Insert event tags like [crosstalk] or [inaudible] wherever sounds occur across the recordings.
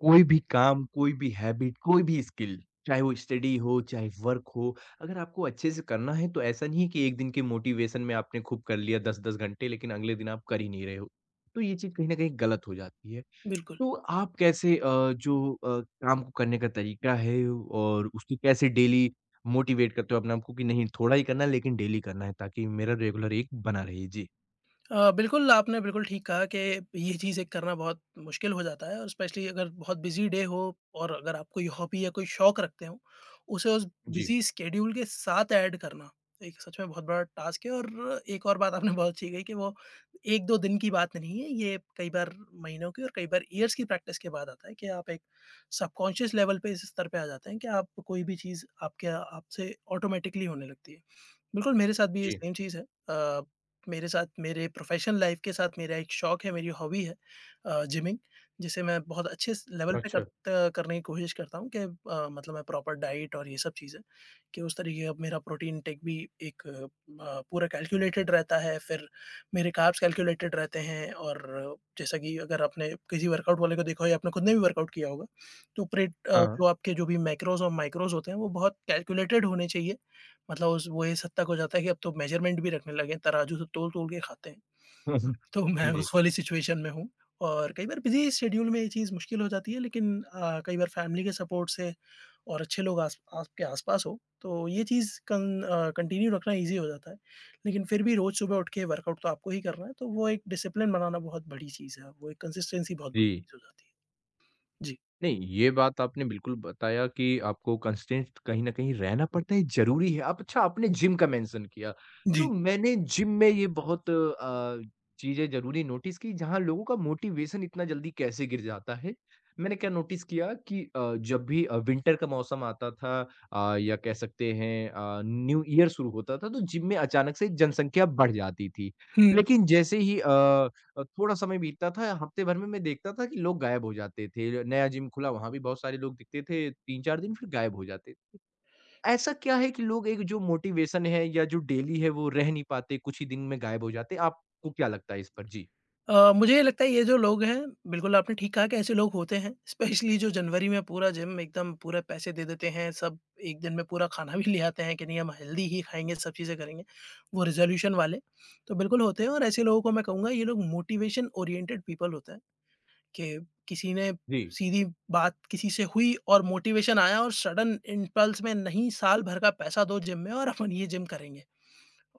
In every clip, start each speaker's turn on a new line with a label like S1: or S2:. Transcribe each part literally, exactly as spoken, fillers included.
S1: कोई भी काम, कोई भी हैबिट, कोई भी स्किल, चाहे वो स्टडी हो, चाहे वर्क हो, अगर आपको अच्छे से करना है तो ऐसा नहीं है कि एक दिन के मोटिवेशन में आपने खूब कर लिया दस दस घंटे लेकिन अगले दिन आप कर ही नहीं रहे हो। तो ये चीज़ कहीं न कहीं गलत हो जाती है।
S2: बिल्कुल।
S1: तो आप कैसे अ, जो अ, काम को करने का तरीका है और उसको कैसे डेली मोटिवेट करते हो अपने आप को कि नहीं थोड़ा ही करना है लेकिन डेली करना है ताकि मेरा रेगुलर एक बना रहे? जी।
S2: अ, बिल्कुल, आपने बिल्कुल ठीक कहा कि ये चीज़ एक करना बहुत मुश्किल हो जाता है और स्पेशली अगर बहुत बिज़ी डे हो और अगर आप कोई हॉबी या कोई शौक रखते हो, उसे उस
S1: जी,
S2: बिज़ी स्केड्यूल के साथ ऐड करना, एक सच में बहुत बड़ा टास्क है। और एक और बात आपने बहुत अच्छी कही कि वो एक दो दिन की बात नहीं है, ये कई बार महीनों की और कई बार इयर्स की प्रैक्टिस के बाद आता है कि आप एक सबकॉन्शियस लेवल पे इस स्तर पे आ जाते हैं कि आप कोई भी चीज़ आपके आपसे ऑटोमैटिकली होने लगती है। बिल्कुल, मेरे साथ भी ये
S1: जी।
S2: सेम चीज़ है। अ मेरे साथ मेरे प्रोफेशनल लाइफ के साथ मेरा एक शौक है, मेरी हॉबी है अ, जिमिंग, जिसे मैं बहुत अच्छे स लेवल पे
S1: अच्छा।
S2: करत करने की कोशिश करता हूँ, कि अ, मतलब मैं प्रॉपर डाइट और ये सब चीज़ें, कि उस तरीके का मेरा प्रोटीन इंटेक भी एक अ, पूरा कैलकुलेटेड रहता है, फिर मेरे कार्ब्स कैलकुलेटेड रहते हैं। और जैसा कि अगर आपने किसी वर्कआउट वाले को देखा हो या आपने खुद ने भी वर्कआउट किया होगा, तो प्रेट अ,
S1: हाँ।
S2: जो आपके जो भी मैक्रोज़ और माइक्रोज़ होते हैं, वो बहुत कैलकुलेटेड होने चाहिए। मतलब उस वो इस हद तक हो जाता है कि अब तो मेजरमेंट भी रखने लगे हैं, तराजू से तोल-तोल के खाते हैं।
S1: [laughs]
S2: तो [laughs] मैं
S1: जी,
S2: उस वाली सिचुएशन में हूँ, और कई बार बिज़ी शेड्यूल में ये चीज़ मुश्किल हो जाती है, लेकिन अ, कई बार फैमिली के सपोर्ट से और अच्छे लोग आस आपके आस-पास हो, तो ये चीज़ कन अ, कंटिन्यू रखना ईज़ी हो जाता है। लेकिन फिर भी रोज़ सुबह उठ के वर्कआउट तो आपको ही करना है, तो वो एक डिसिप्लिन बनाना बहुत बड़ी चीज़ है, वो एक कंसिस्टेंसी बहुत
S1: जी।
S2: बड़ी चीज़ हो जाती है। जी।
S1: नहीं, ये बात आपने बिल्कुल बताया कि आपको कंस्टेंट कहीं न कहीं रहना पड़ता है, ज़रूरी है। आप अच्छा आपने जिम का मेंशन किया, तो
S2: जी।
S1: मैंने जिम में ये बहुत अ, चीज़ें ज़रूरी नोटिस की जहाँ लोगों का मोटिवेशन इतना जल्दी कैसे गिर जाता है। मैंने क्या नोटिस किया कि अ, जब भी अ, विंटर का मौसम आता था अ, या कह सकते हैं अ, न्यू ईयर शुरू होता था, तो जिम में अचानक से जनसंख्या बढ़ जाती थी।
S2: हुँ।
S1: लेकिन जैसे ही अ अ, थोड़ा समय बीतता था, हफ्ते भर में मैं देखता था कि लोग गायब हो जाते थे। नया जिम खुला वहाँ भी बहुत सारे लोग दिखते थे, तीन चार दिन फिर गायब हो जाते थे। ऐसा क्या है कि लोग एक जो मोटिवेशन है या जो डेली है वो रह नहीं पाते, कुछ ही दिन में गायब हो जाते हैं। आपको क्या लगता है इस पर? जी।
S2: अ, मुझे ये लगता है ये जो लोग हैं, बिल्कुल आपने ठीक कहा कि ऐसे लोग होते हैं। स्पेशली जो जनवरी में पूरा जिम एकदम पूरे पैसे दे देते हैं, सब एक दिन में पूरा खाना भी ले आते हैं कि नहीं हम हेल्दी ही खाएँगे, सब चीज़ें करेंगे, वो रिज़ोल्यूशन वाले। तो बिल्कुल होते हैं, और ऐसे लोगों को मैं कहूँगा ये लोग मोटिवेशन ओरिएंटेड पीपल होते हैं कि किसी ने
S1: जी,
S2: सीधी बात किसी से हुई और मोटिवेशन आया, और सडन इम्पल्स में नहीं साल भर का पैसा दो जिम में और अपन ये जिम करेंगे।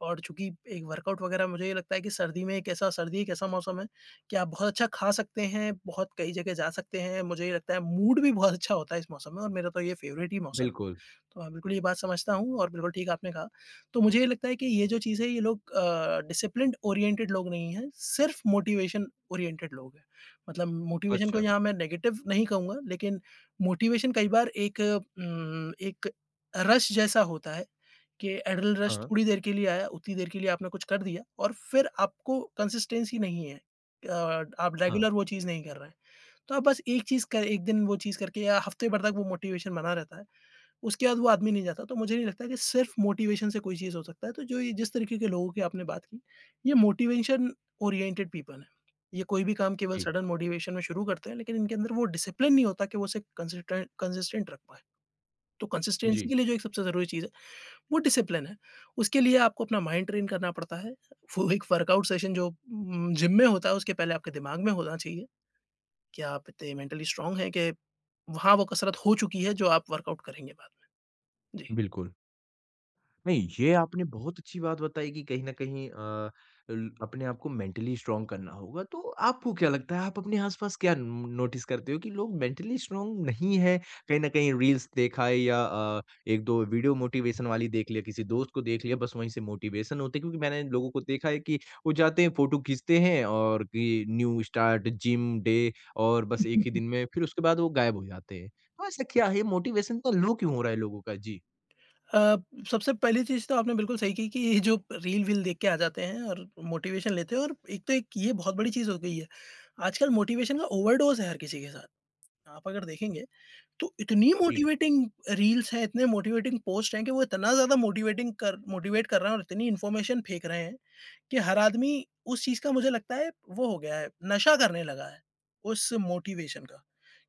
S2: और चूँकि एक वर्कआउट वगैरह, मुझे ये लगता है कि सर्दी में एक ऐसा सर्दी एक ऐसा मौसम है कि आप बहुत अच्छा खा सकते हैं, बहुत कई जगह जा सकते हैं। मुझे ये लगता है मूड भी बहुत अच्छा होता है इस मौसम में, और मेरा तो ये फ़ेवरेट ही मौसम है।
S1: बिल्कुल।
S2: तो मैं बिल्कुल ये बात समझता हूँ और बिल्कुल ठीक आपने कहा। तो मुझे ये लगता है कि ये जो चीज़ है ये लोग अ, डिसिप्लिन्ड ओरिएंटेड लोग नहीं हैं, सिर्फ़ मोटिवेशन ओरिएंटेड लोग हैं। मतलब मोटिवेशन को
S1: अच्छा।
S2: यहाँ मैं नेगेटिव नहीं कहूँगा, लेकिन मोटिवेशन कई बार एक उम, एक रश जैसा होता है कि एड्रिनल रश
S1: हाँ,
S2: थोड़ी देर के लिए आया, उतनी देर के लिए आपने कुछ कर दिया और फिर आपको कंसिस्टेंसी नहीं है। अ, आप
S1: हाँ।
S2: रेगुलर वो चीज़ नहीं कर रहे हैं। तो आप बस एक चीज़ क एक दिन वो चीज़ करके या हफ्ते भर तक वो मोटिवेशन बना रहता है, उसके बाद वो आदमी नहीं जाता। तो मुझे नहीं लगता कि सिर्फ़ मोटिवेशन से कोई चीज़ हो सकता है। तो जो ये जिस तरीके के लोगों की आपने बात की, ये मोटिवेशन ओरिएंटेड पीपल हैं। ये कोई भी काम केवल
S1: जी,
S2: सडन मोटिवेशन में शुरू करते हैं, लेकिन इनके अंदर वो डिसिप्लिन नहीं होता कि वो उसे कंसिस्टेंट कंसिस्टेंट रख पाएँ। तो कंसिस्टेंसी
S1: जी,
S2: के लिए जो एक सबसे ज़रूरी चीज़ है, वो डिसिप्लिन है। उसके लिए आपको अपना माइंड ट्रेन करना पड़ता है। वो एक वर्कआउट सेशन जो उम, जिम में होता है, उसके पहले आपके दिमाग में होना चाहिए कि आप इतने मेंटली स्ट्रॉन्ग हैं कि वहाँ वो कसरत हो चुकी है जो आप वर्कआउट करेंगे बाद में। जी।
S1: बिल्कुल। नहीं, ये आपने बहुत अच्छी बात बताई कि कहीं न कहीं अ, ल अपने आप को मेंटली स्ट्रॉन्ग करना होगा। तो आपको क्या लगता है आप अपने आस-पास क्या न नोटिस करते हो कि लोग मेंटली स्ट्रॉन्ग नहीं हैं? कहीं न कहीं रील्स देखा है या अ, एक दो वीडियो मोटिवेशन वाली देख लिया, किसी दोस्त को देख लिया, बस वहीं से मोटिवेशन होते हैं। क्योंकि मैंने लोगों को देखा है कि वो जाते हैं, फ़ोटो खींचते हैं और कि न्यू स्टार्ट, जिम, डे और बस एक ही दिन
S2: [laughs]
S1: में फिर उसके बाद वो गायब हो जाते हैं। तो ऐसा क्या है? मोटिवेशन का लो क्यों हो रहा है लोगों का? जी,
S2: अ, सबसे पहली चीज़ तो आपने बिल्कुल सही कही कि ये जो रील-वील देख के आ जाते हैं और मोटिवेशन लेते हैं, और एक तो एक ये बहुत बड़ी चीज़ हो गई है। आजकल मोटिवेशन का ओवरडोज़ है हर किसी के साथ। आप अगर देखेंगे तो इतनी
S1: जी,
S2: मोटिवेटिंग रील्स हैं, इतने मोटिवेटिंग पोस्ट हैं कि वो इतना ज़्यादा मोटिवेटिंग कर मोटिवेट कर रहे हैं और इतनी इन्फॉर्मेशन फेंक रहे हैं, कि हर आदमी उस चीज़ का, मुझे लगता है, वो हो गया है, नशा करने लगा है, उस मोटिवेशन का,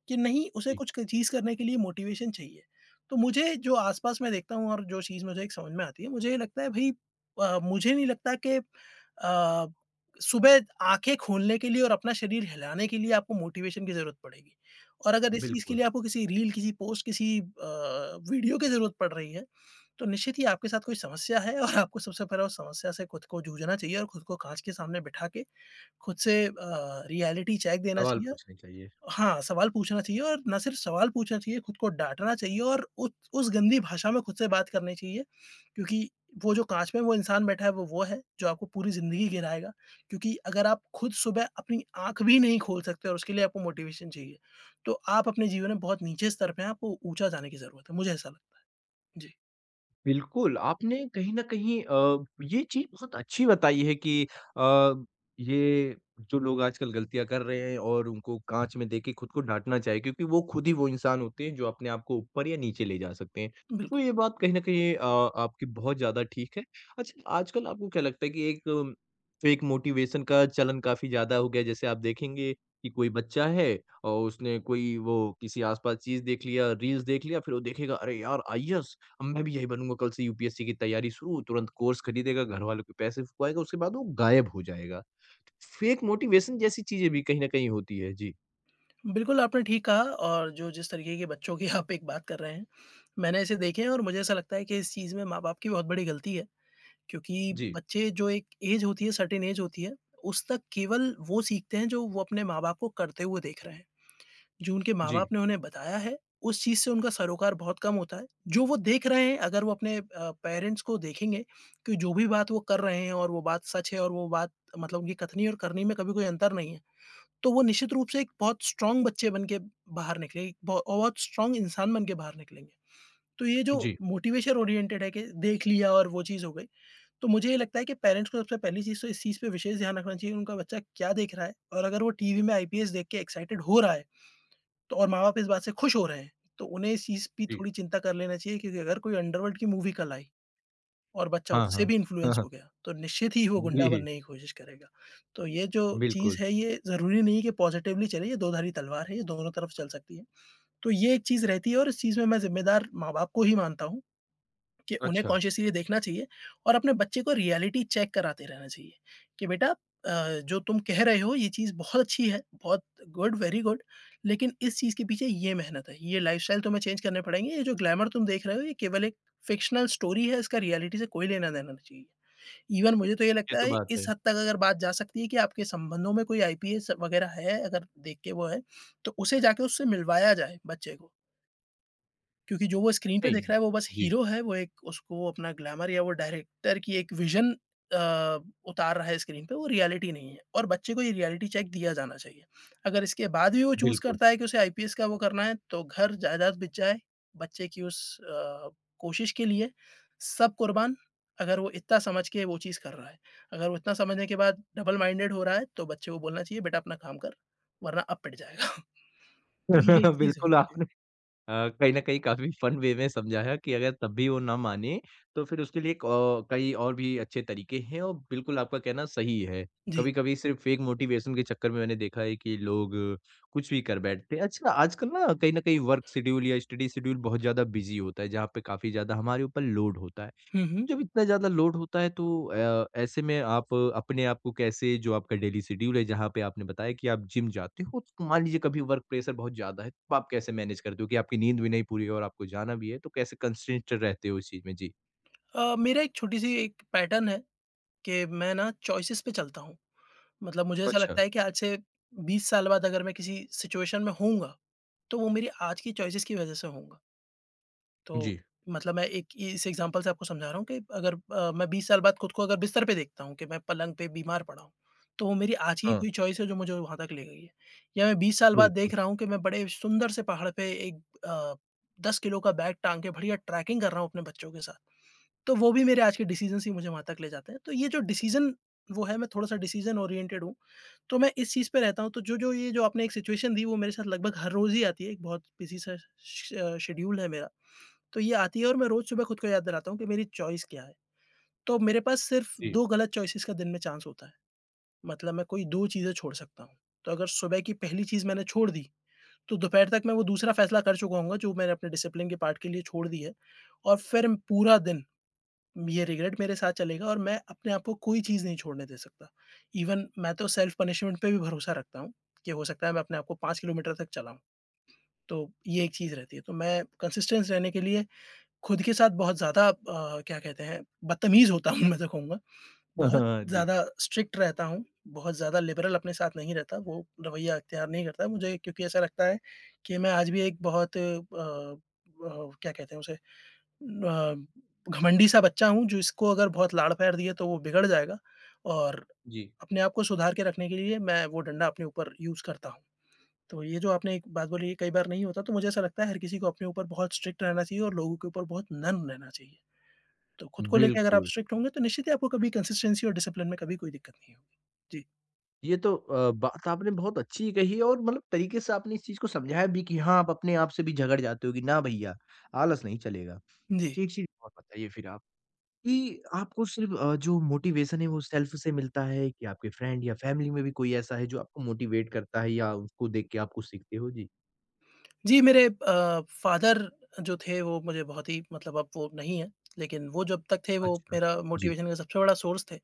S2: कि नहीं उसे
S1: जी।
S2: कुछ क चीज़ करने के लिए मोटिवेशन चाहिए। तो मुझे जो आस-पास मैं देखता हूँ और जो चीज़ मुझे एक समझ में आती है, मुझे ये लगता है भई, अ, मुझे नहीं लगता कि अ, सुबह आँखें खोलने के लिए और अपना शरीर हिलाने के लिए आपको मोटिवेशन की ज़रूरत पड़ेगी। और अगर इस चीज़ के
S1: बिल्कुल।
S2: लिए आपको किसी रील, किसी पोस्ट, किसी अ, वीडियो की ज़रूरत पड़ रही है, तो निश्चित ही आपके साथ कोई समस्या है, और आपको सबसे पहले उस समस्या से खुद को जूझना चाहिए और खुद को कांच के सामने बिठा के खुद से अ, रियलिटी चेक देना
S1: सवाल
S2: चाहिए।
S1: पूछने चाहिए।
S2: हाँ, सवाल पूछना चाहिए, और ना सिर्फ़ सवाल पूछना चाहिए, खुद को डाँटना चाहिए और उस उस गंदी भाषा में खुद से बात करनी चाहिए। क्योंकि वो जो काँच में वो इंसान बैठा है, वो वो है जो आपको पूरी ज़िंदगी गिराएगा। क्योंकि अगर आप खुद सुबह अपनी आँख भी नहीं खोल सकते और उसके लिए आपको मोटिवेशन चाहिए, तो आप अपने जीवन में बहुत नीचे स्तर पे हैं, आपको ऊँचा जाने की ज़रूरत है। मुझे ऐसा लगता है। जी,
S1: बिल्कुल, आपने कहीं न कहीं अ, ये चीज़ बहुत अच्छी बताई है कि अ, ये जो लोग आजकल गलतियाँ कर रहे हैं और उनको काँच में देख के खुद को डाँटना चाहिए क्योंकि वो खुद ही वो इंसान होते हैं जो अपने आप को ऊपर या नीचे ले जा सकते हैं। तो
S2: बिल्कुल।
S1: ये बात कहीं न कहीं अ, आपकी बहुत ज़्यादा ठीक है। अच्छा आजकल आपको क्या लगता है कि एक फेक मोटिवेशन का चलन काफ़ी ज़्यादा हो गया है? जैसे आप देखेंगे कि कोई बच्चा है और उसने कोई वो किसी आस-पास चीज़ देख लिया, रील्स देख लिया, फिर वो देखेगा अरे यार! आईएएस हम- मैं भी यही बनूँगा कल से यूपीएससी की तैयारी शुरू, तुरंत कोर्स खरीदेगा, घरवालों के पैसे फूँकवाएगा, उसके बाद वो गायब हो जाएगा। फेक मोटिवेशन जैसी चीज़ें भी कहीं न कहीं होती है। जी।
S2: बिल्कुल, आपने ठीक कहा, और जो जिस तरीके के बच्चों की [laughs] आप एक बात कर रहे हैं, मैंने ऐसे देखे हैं, और मुझे ऐसा लगता है कि इस चीज़ में माँ-बाप की बहुत बड़ी गलती है। क्योंकि
S1: जी,
S2: बच्चे, जो एक ऐज होती है, सर्टेन ऐज होती है, उस तक केवल वो सीखते हैं जो वो अपने माँ-बाप को करते हुए देख रहे हैं। जो उनके माँ-बाप
S1: जी,
S2: ने उन्हें बताया है, उस चीज़ से उनका सरोकार बहुत कम होता है। जो वो देख रहे हैं, अगर वो अपने अ, पेरेंट्स को देखेंगे कि जो भी बात वो कर रहे हैं और वो बात सच है, और वो बात मतलब उनकी कथनी और करनी में कभी कोई अंतर नहीं है, तो वो निश्चित रूप से एक बहुत स्ट्रॉन्ग बच्चे बन के बाहर निकले, एक बहु बहुत स्ट्रॉन्ग इंसान बन के बाहर निकलेंगे। तो ये जो
S1: जी,
S2: मोटिवेशन ओरिएंटेड है कि देख लिया और वो चीज़ हो गई, तो मुझे ये लगता है कि पेरेंट्स को सबसे पहली चीज़ तो इस चीज़ पे विशेष ध्यान रखना चाहिए, उनका बच्चा क्या देख रहा है, और अगर वो टीवी में आईपीएस देख के एक्साइटेड हो रहा है, तो और माँ-बाप इस बात से खुश हो रहे हैं, तो उन्हें इस चीज़ की
S1: जी।
S2: थोड़ी चिंता कर लेना चाहिए, क्योंकि अगर कोई अंडरवर्ल्ड की मूवी कल आई और बच्चा
S1: हाँ,
S2: उससे
S1: हाँ।
S2: भी
S1: हाँ,
S2: इन्फ्लुएंस
S1: हाँ।
S2: हो गया, तो निश्चित ही वो गुंडा
S1: जी,
S2: बनने की कोशिश करेगा। तो ये जो चीज़
S1: बिल्कुल।
S2: है, ये ज़रूरी नहीं कि पॉज़िटिवली चले, ये दो-धारी तलवार है, ये दोनों तरफ चल सकती है। तो ये एक चीज़ रहती है, और इस चीज़ में मैं ज़िम्मेदार माँ-बाप को ही मानता हूँ कि उन्हें
S1: अच्छा,
S2: कॉन्शियसली देखना चाहिए और अपने बच्चे को रियलिटी चेक कराते रहना चाहिए कि बेटा, अ, जो तुम कह रहे हो ये चीज़ बहुत अच्छी है, बहुत गुड, वेरी गुड, लेकिन इस चीज़ के पीछे ये मेहनत है, ये लाइफ़स्टाइल तुम्हें चेंज करने पड़ेंगे, ये जो ग्लैमर तुम देख रहे हो ये केवल एक फ़िक्शनल स्टोरी है, इसका रियलिटी से कोई लेना-देना नहीं चाहिए। इवन मुझे तो ये
S1: ये
S2: लगता
S1: तो
S2: है
S1: बात
S2: इस
S1: है।
S2: हद तक अगर बात जा सकती है कि आपके संबंधों में कोई आईपीएस वगैरह है, अगर देख के वो है, तो उसे जाके उससे मिलवाया जाए बच्चे को। क्योंकि जो वो स्क्रीन पे दिख
S1: नहीं,
S2: रहा है वो बस
S1: जी,
S2: हीरो है, वो एक, उसको अपना ग्लैमर, या वो डायरेक्टर की एक विज़न अ, उतार रहा है स्क्रीन पे, वो रियलिटी नहीं है, और बच्चे को ये रियलिटी चेक दिया जाना चाहिए। अगर इसके बाद भी वो चूज़
S1: बिल्कुल।
S2: करता है कि उसे आईपीएस का वो करना है, तो घर-जायदाद बिक जाए, बच्चे की उस अ, कोशिश के लिए सब कुर्बान, अगर वो इतना समझ के वो चीज़ कर रहा है। अगर वो इतना समझने के बाद डबल माइंडेड हो रहा है, तो बच्चे को बोलना चाहिए, "बेटा, अपना काम कर, वरना अब पिट जाएगा।" [laughs] तो ये एक
S1: [laughs]
S2: चीज़
S1: बिल्कुल
S2: होनी
S1: आप
S2: चाहिए।
S1: अ, कहीं न कहीं काफ़ी फन वे में समझाया कि अगर तब भी वो ना माने, तो फिर उसके लिए एक औ कई और भी अच्छे तरीके हैं और बिल्कुल आपका कहना सही है।
S2: जी।
S1: कभी-कभी सिर्फ़ फेक मोटिवेशन के चक्कर में मैंने देखा है कि लोग कुछ भी कर बैठते हैं। अच्छा, आजकल ना कहीं न कहीं वर्क शेड्यूल या स्टडी शेड्यूल बहुत ज़्यादा बिज़ी होता है, जहाँ पे काफ़ी ज़्यादा हमारे ऊपर लोड होता है।
S2: हुँ, हुँ।
S1: जब इतना ज़्यादा लोड होता है तो अ, ऐसे में आप अपने आप को कैसे जो आपका डेली शेड्यूल है जहाँ पे आपने बताया कि आप जिम जाते हो तो मान लीजिए कभी वर्क प्रेशर बहुत ज़्यादा है तो आप कैसे मैनेज करते हो कि आपकी नींद भी नहीं पूरी है और आपको जाना भी है तो कैसे कंस्ट्रेंट रहते हो इस चीज़ में? जी।
S2: अ, मेरा एक छोटी-सी एक पैटर्न है कि मैं ना चॉइसेस पे चलता हूँ। मतलब मुझे ऐसा
S1: अच्छा।
S2: लगता है कि आज से बीस साल बाद अगर मैं किसी सिचुएशन में होऊँगा, तो वो मेरी आज की चॉइसेस की वज़ह से होऊँगा। तो
S1: जी।
S2: मतलब मैं एक इस एग्ज़ाम्पल से आपको समझा रहा हूँ कि अगर अ, मैं बीस साल बाद खुद को अगर बिस्तर पे देखता हूँ कि मैं पलंग पे बीमार पड़ा हूँ, तो वो मेरी आज की
S1: हाँ,
S2: कोई चॉइस है जो मुझे वहाँ तक ले गई है। या मैं बीस साल बाद
S1: बिल्कुल।
S2: देख रहा हूँ कि मैं बड़े सुंदर से पहाड़ पे एक अ, दस किलो का बैग टाँग के बढ़िया ट्रैकिंग कर रहा हूँ अपने बच्चों के साथ, तो वो भी मेरे आज के डिसीज़न्स ही मुझे वहाँ तक ले जाते हैं। तो ये जो डिसीज़न वो है, मैं थोड़ा-सा डिसीज़न ओरिएंटेड हूँ, तो मैं इस चीज़ पे रहता हूँ। तो जो-जो ये जो आपने एक सिचुएशन दी, वो मेरे साथ लगभग हर रोज़ ही आती है, एक बहुत बिज़ी सा श अ, शेड्यूल है मेरा। तो ये आती है और मैं रोज़ सुबह खुद को याद दिलाता हूँ कि मेरी चॉइस क्या है? तो मेरे पास सिर्फ़
S1: जी।
S2: दो गलत चॉइसेस का दिन में चांस होता है। मतलब मैं कोई दो चीज़ें छोड़ सकता हूँ। तो अगर सुबह की पहली चीज़ मैंने छोड़ दी, तो दोपहर तक मैं वो दूसरा फ़ैसला कर चुका होऊँगा जो मैंने अपने डिसिप्लिन के पार्ट के लिए छोड़ दी है, और फिर पूरा दिन ये रिग्रेट मेरे साथ चलेगा और मैं अपने आप को कोई चीज़ नहीं छोड़ने दे सकता। इवन मैं तो सेल्फ पनिशमेंट पे भी भरोसा रखता हूँ, कि हो सकता है मैं अपने आप को पाँच किलोमीटर तक चलाऊँ। तो ये एक चीज़ रहती है। तो मैं कंसिस्टेंस रहने के लिए खुद के साथ बहुत ज़्यादा, अ, क्या कहते हैं, बदतमीज़ होता हूँ [laughs] मैं तो कहूँगा।
S1: [laughs]
S2: बहुत
S1: हाँ, जी।
S2: ज़्यादा स्ट्रिक्ट रहता हूँ, बहुत ज़्यादा लिबरल अपने साथ नहीं रहता, वो रवैया इख्तियार नहीं करता मुझे, क्योंकि ऐसा लगता है कि मैं आज भी एक बहुत अ अ, क्या कहते हैं उसे, अ, घमंडी सा बच्चा हूँ, जिसको अगर बहुत लाड़ प्यार दिए तो वो बिगड़ जाएगा, और
S1: जी,
S2: अपने आप को सुधार के रखने के लिए मैं वो डंडा अपने ऊपर यूज़ करता हूँ। तो ये जो आपने एक बात बोली, ये कई बार नहीं होता, तो मुझे ऐसा लगता है हर किसी को अपने ऊपर बहुत स्ट्रिक्ट रहना चाहिए और लोगों के ऊपर बहुत नर्म रहना चाहिए। तो खुद को लेके अगर आप
S1: बिल्कुल।
S2: स्ट्रिक्ट होंगे, तो निश्चित ही आपको कभी कंसिस्टेंसी और डिसिप्लिन में कभी कोई दिक्कत नहीं होगी। जी,
S1: ये तो अ, बात आपने बहुत अच्छी कही है और मतलब तरीके से आपने इस चीज़ को समझाया भी कि हाँ, आप अपने आप से भी झगड़ जाते हो कि ना भैया, आलस नहीं चलेगा।
S2: जी।
S1: एक चीज़ और बताइए फिर आप कि आपको सिर्फ अ, जो मोटिवेशन है वो सेल्फ से मिलता है कि आपके फ्रेंड या फैमिली में भी कोई ऐसा है जो आपको मोटिवेट करता है या उसको देख के आप कुछ सीखते हो? जी।
S2: जी, मेरे अ, फादर जो थे, वो मुझे बहुत ही मतलब, अब वो नहीं है, लेकिन वो जब तक थे, वो
S1: अच्छा।
S2: मेरा
S1: जी।
S2: मोटिवेशन का सबसे बड़ा सोर्स थे।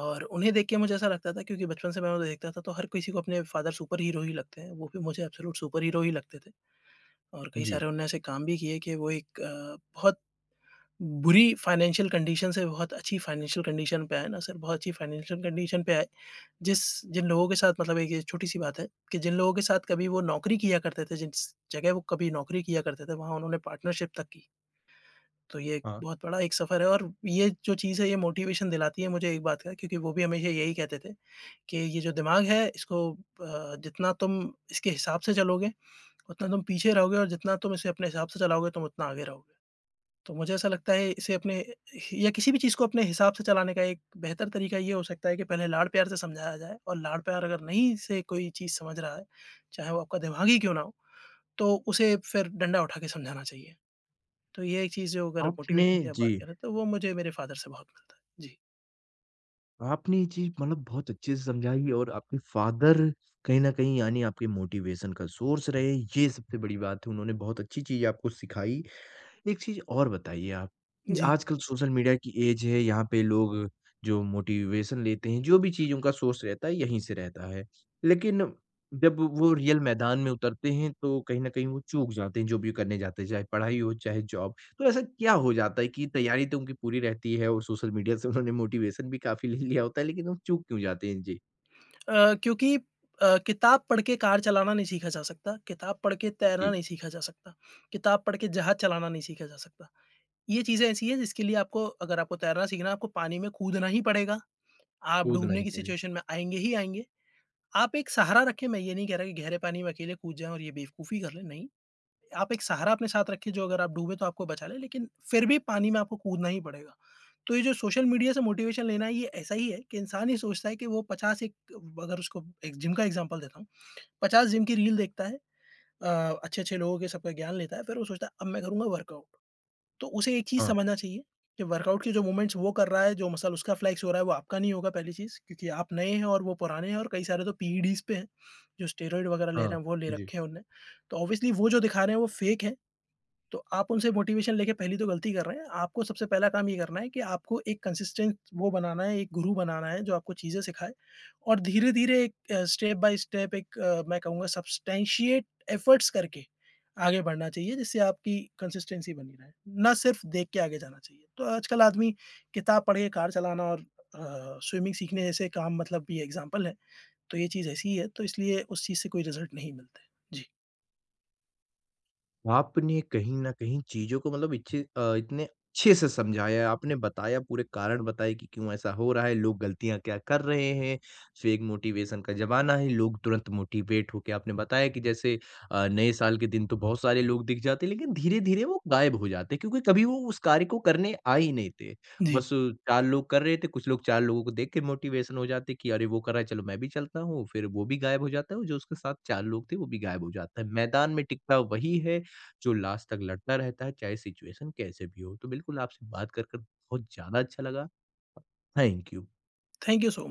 S2: और उन्हें देख के मुझे ऐसा लगता था, क्योंकि बचपन से मैं उन्हें देखता था, तो हर किसी को अपने फ़ादर सुपर हीरो ही लगते हैं, वो भी मुझे एब्सोल्यूट सुपर हीरो ही लगते थे। और कई
S1: जी।
S2: सारे उन्होंने ऐसे काम भी किए कि वो एक अ, बहुत बुरी फाइनेंशियल कंडीशन से बहुत अच्छी फाइनेंशियल कंडीशन पे आए ना सर, बहुत अच्छी फाइनेंशियल कंडीशन पे आए। जिस जिन लोगों के साथ मतलब, एक ये छोटी-सी बात है कि जिन लोगों के साथ कभी वो नौकरी किया करते थे, जिस जगह वो कभी नौकरी किया करते थे, वहाँ उन्होंने पार्टनरशिप तक की। तो ये एक
S1: हाँ।
S2: बहुत बड़ा एक सफ़र है, और ये जो चीज़ है, ये मोटिवेशन दिलाती है मुझे एक बात का, क्योंकि वो भी हमेशा यही कहते थे कि ये जो दिमाग है, इसको अ, जितना तुम इसके हिसाब से चलोगे, उतना तुम पीछे रहोगे, और जितना तुम इसे अपने हिसाब से चलाओगे, तुम उतना आगे रहोगे। तो मुझे ऐसा लगता है, इसे अपने या किसी भी चीज़ को अपने हिसाब से चलाने का एक बेहतर तरीका ये हो सकता है कि पहले लाड़-प्यार से समझाया जाए, और लाड़-प्यार अगर नहीं, से कोई चीज़ समझ रहा है, चाहे वो आपका दिमाग ही क्यों ना हो, तो उसे फिर डंडा उठा के समझाना चाहिए। तो ये एक चीज़, जो अगर
S1: आपने
S2: मोटिवेशन की आप
S1: जी,
S2: बात करें, तो वो मुझे मेरे फादर से बहुत मिलता है। जी।
S1: आपने ये चीज़ मतलब बहुत अच्छे से समझाई और आपके फादर कहीं न कहीं यानी आपके मोटिवेशन का सोर्स रहे, ये सबसे बड़ी बात है। उन्होंने बहुत अच्छी चीज़ आपको सिखाई एक चीज़ और बताइए आप कि
S2: जी।
S1: आजकल सोशल मीडिया की ऐज है, यहाँ पे लोग जो मोटिवेशन लेते हैं, जो भी चीज़ उनका सोर्स रहता है, यहीं से रहता है। लेकिन जब वो रियल मैदान में उतरते हैं, तो कहीं न कहीं वो चूक जाते हैं, जो भी करने जाते हैं, चाहे पढ़ाई हो, चाहे जॉब। तो ऐसा क्या हो जाता है कि तैयारी तो उनकी पूरी रहती है और सोशल मीडिया से उन्होंने मोटिवेशन भी काफ़ी ले लिया होता है, लेकिन वो चूक क्यों जाते हैं? जी।
S2: अ, क्योंकि अ, किताब पढ़ के कार चलाना नहीं सीखा जा सकता, किताब पढ़ के तैरना
S1: जी।
S2: नहीं सीखा जा सकता, किताब पढ़ के जहाज चलाना नहीं सीखा जा सकता। ये चीज़ें ऐसी हैं जिसके लिए, आपको अगर आपको तैरना सीखना है, आपको पानी में कूदना ही पड़ेगा, आप
S1: कूदना
S2: डूबने
S1: ही
S2: की
S1: पड़े।
S2: सिचुएशन में आएँगे ही आएँगे। आप एक सहारा रखें, मैं ये नहीं कह रहा कि गहरे पानी में अकेले कूद जाएँ और ये बेवकूफ़ी कर लें, नहीं। आप एक सहारा अपने साथ रखिए, जो अगर आप डूबे तो आपको बचा ले, लेकिन फिर भी पानी में आपको कूदना ही पड़ेगा। तो ये जो सोशल मीडिया से मोटिवेशन लेना है, ये ऐसा ही है कि इंसान ये सोचता है कि वो पचास, एक अगर उसको एक जिम का एग्ज़ाम्पल देता हूँ, पचास जिम की रील देखता है, अ, अच्छे-अच्छे लोगों के सबका ज्ञान लेता है, फिर वो सोचता है अब मैं करूँगा वर्कआउट। तो उसे एक चीज़
S1: हाँ,
S2: समझना चाहिए कि वर्कआउट के जो मूवमेंट्स वो कर रहा है, जो मसल उसका फ्लेक्स हो रहा है, वो आपका नहीं होगा, पहली चीज़, क्योंकि आप नए हैं और वो पुराने हैं और कई सारे तो पीईडीज़ पे हैं, जो स्टेरॉइड वगैरह ले
S1: हाँ।
S2: रहे हैं, वो ले
S1: जी।
S2: रखे हैं उनने। तो ऑब्वियसली वो जो दिखा रहे हैं, वो फेक है। तो आप उनसे मोटिवेशन लेके पहली तो गलती कर रहे हैं। आपको सबसे पहला काम ये करना है कि आपको एक कंसिस्टेंट वो बनाना है, एक गुरु बनाना है जो आपको चीज़ें सिखाए, और धीरे-धीरे एक अ, स्टेप बाय स्टेप, एक अ, मैं कहूँगा सब्सटैंशिएट एफर्ट्स करके आगे बढ़ना चाहिए, जिससे आपकी कंसिस्टेंसी बनी रहे। ना सिर्फ देख के आगे जाना चाहिए। तो आजकल आदमी किताब पढ़ के कार चलाना और अ, स्विमिंग सीखने जैसे काम, मतलब ये एग्ज़ाम्पल है। तो ये चीज़ ऐसी ही है, तो इसलिए उस चीज़ से कोई रिज़ल्ट नहीं मिलते। जी।
S1: आपने कहीं न कहीं चीज़ों को मतलब इच्छे अ, इतने अच्छे से समझाया है, आपने बताया पूरे कारण बताए कि क्यों ऐसा हो रहा है, लोग गलतियाँ क्या कर रहे हैं, फेक मोटिवेशन का ज़माना है, लोग तुरंत मोटिवेट होके आपने बताया कि जैसे अ, नए साल के दिन तो बहुत सारे लोग दिख जाते हैं, लेकिन धीरे-धीरे वो गायब हो जाते हैं क्योंकि कभी वो उस कार्य को करने आए ही नहीं थे।
S2: जी।
S1: बस चार लोग कर रहे थे, कुछ लोग चार लोगों को देख के मोटिवेशन हो जाते कि अरे वो कर रहा है, चलो मैं भी चलता हूँ, फिर वो भी गायब हो जाता है और जो उसके साथ चार लोग थे वो भी गायब हो जाता है। मैदान में टिकता वही है जो लास्ट तक लड़ता रहता है, चाहे सिचुएशन कैसे भी हो। तो बिल्कुल आपसे बात कर, कर बहुत ज़्यादा अच्छा लगा। Thank you.
S2: Thank you so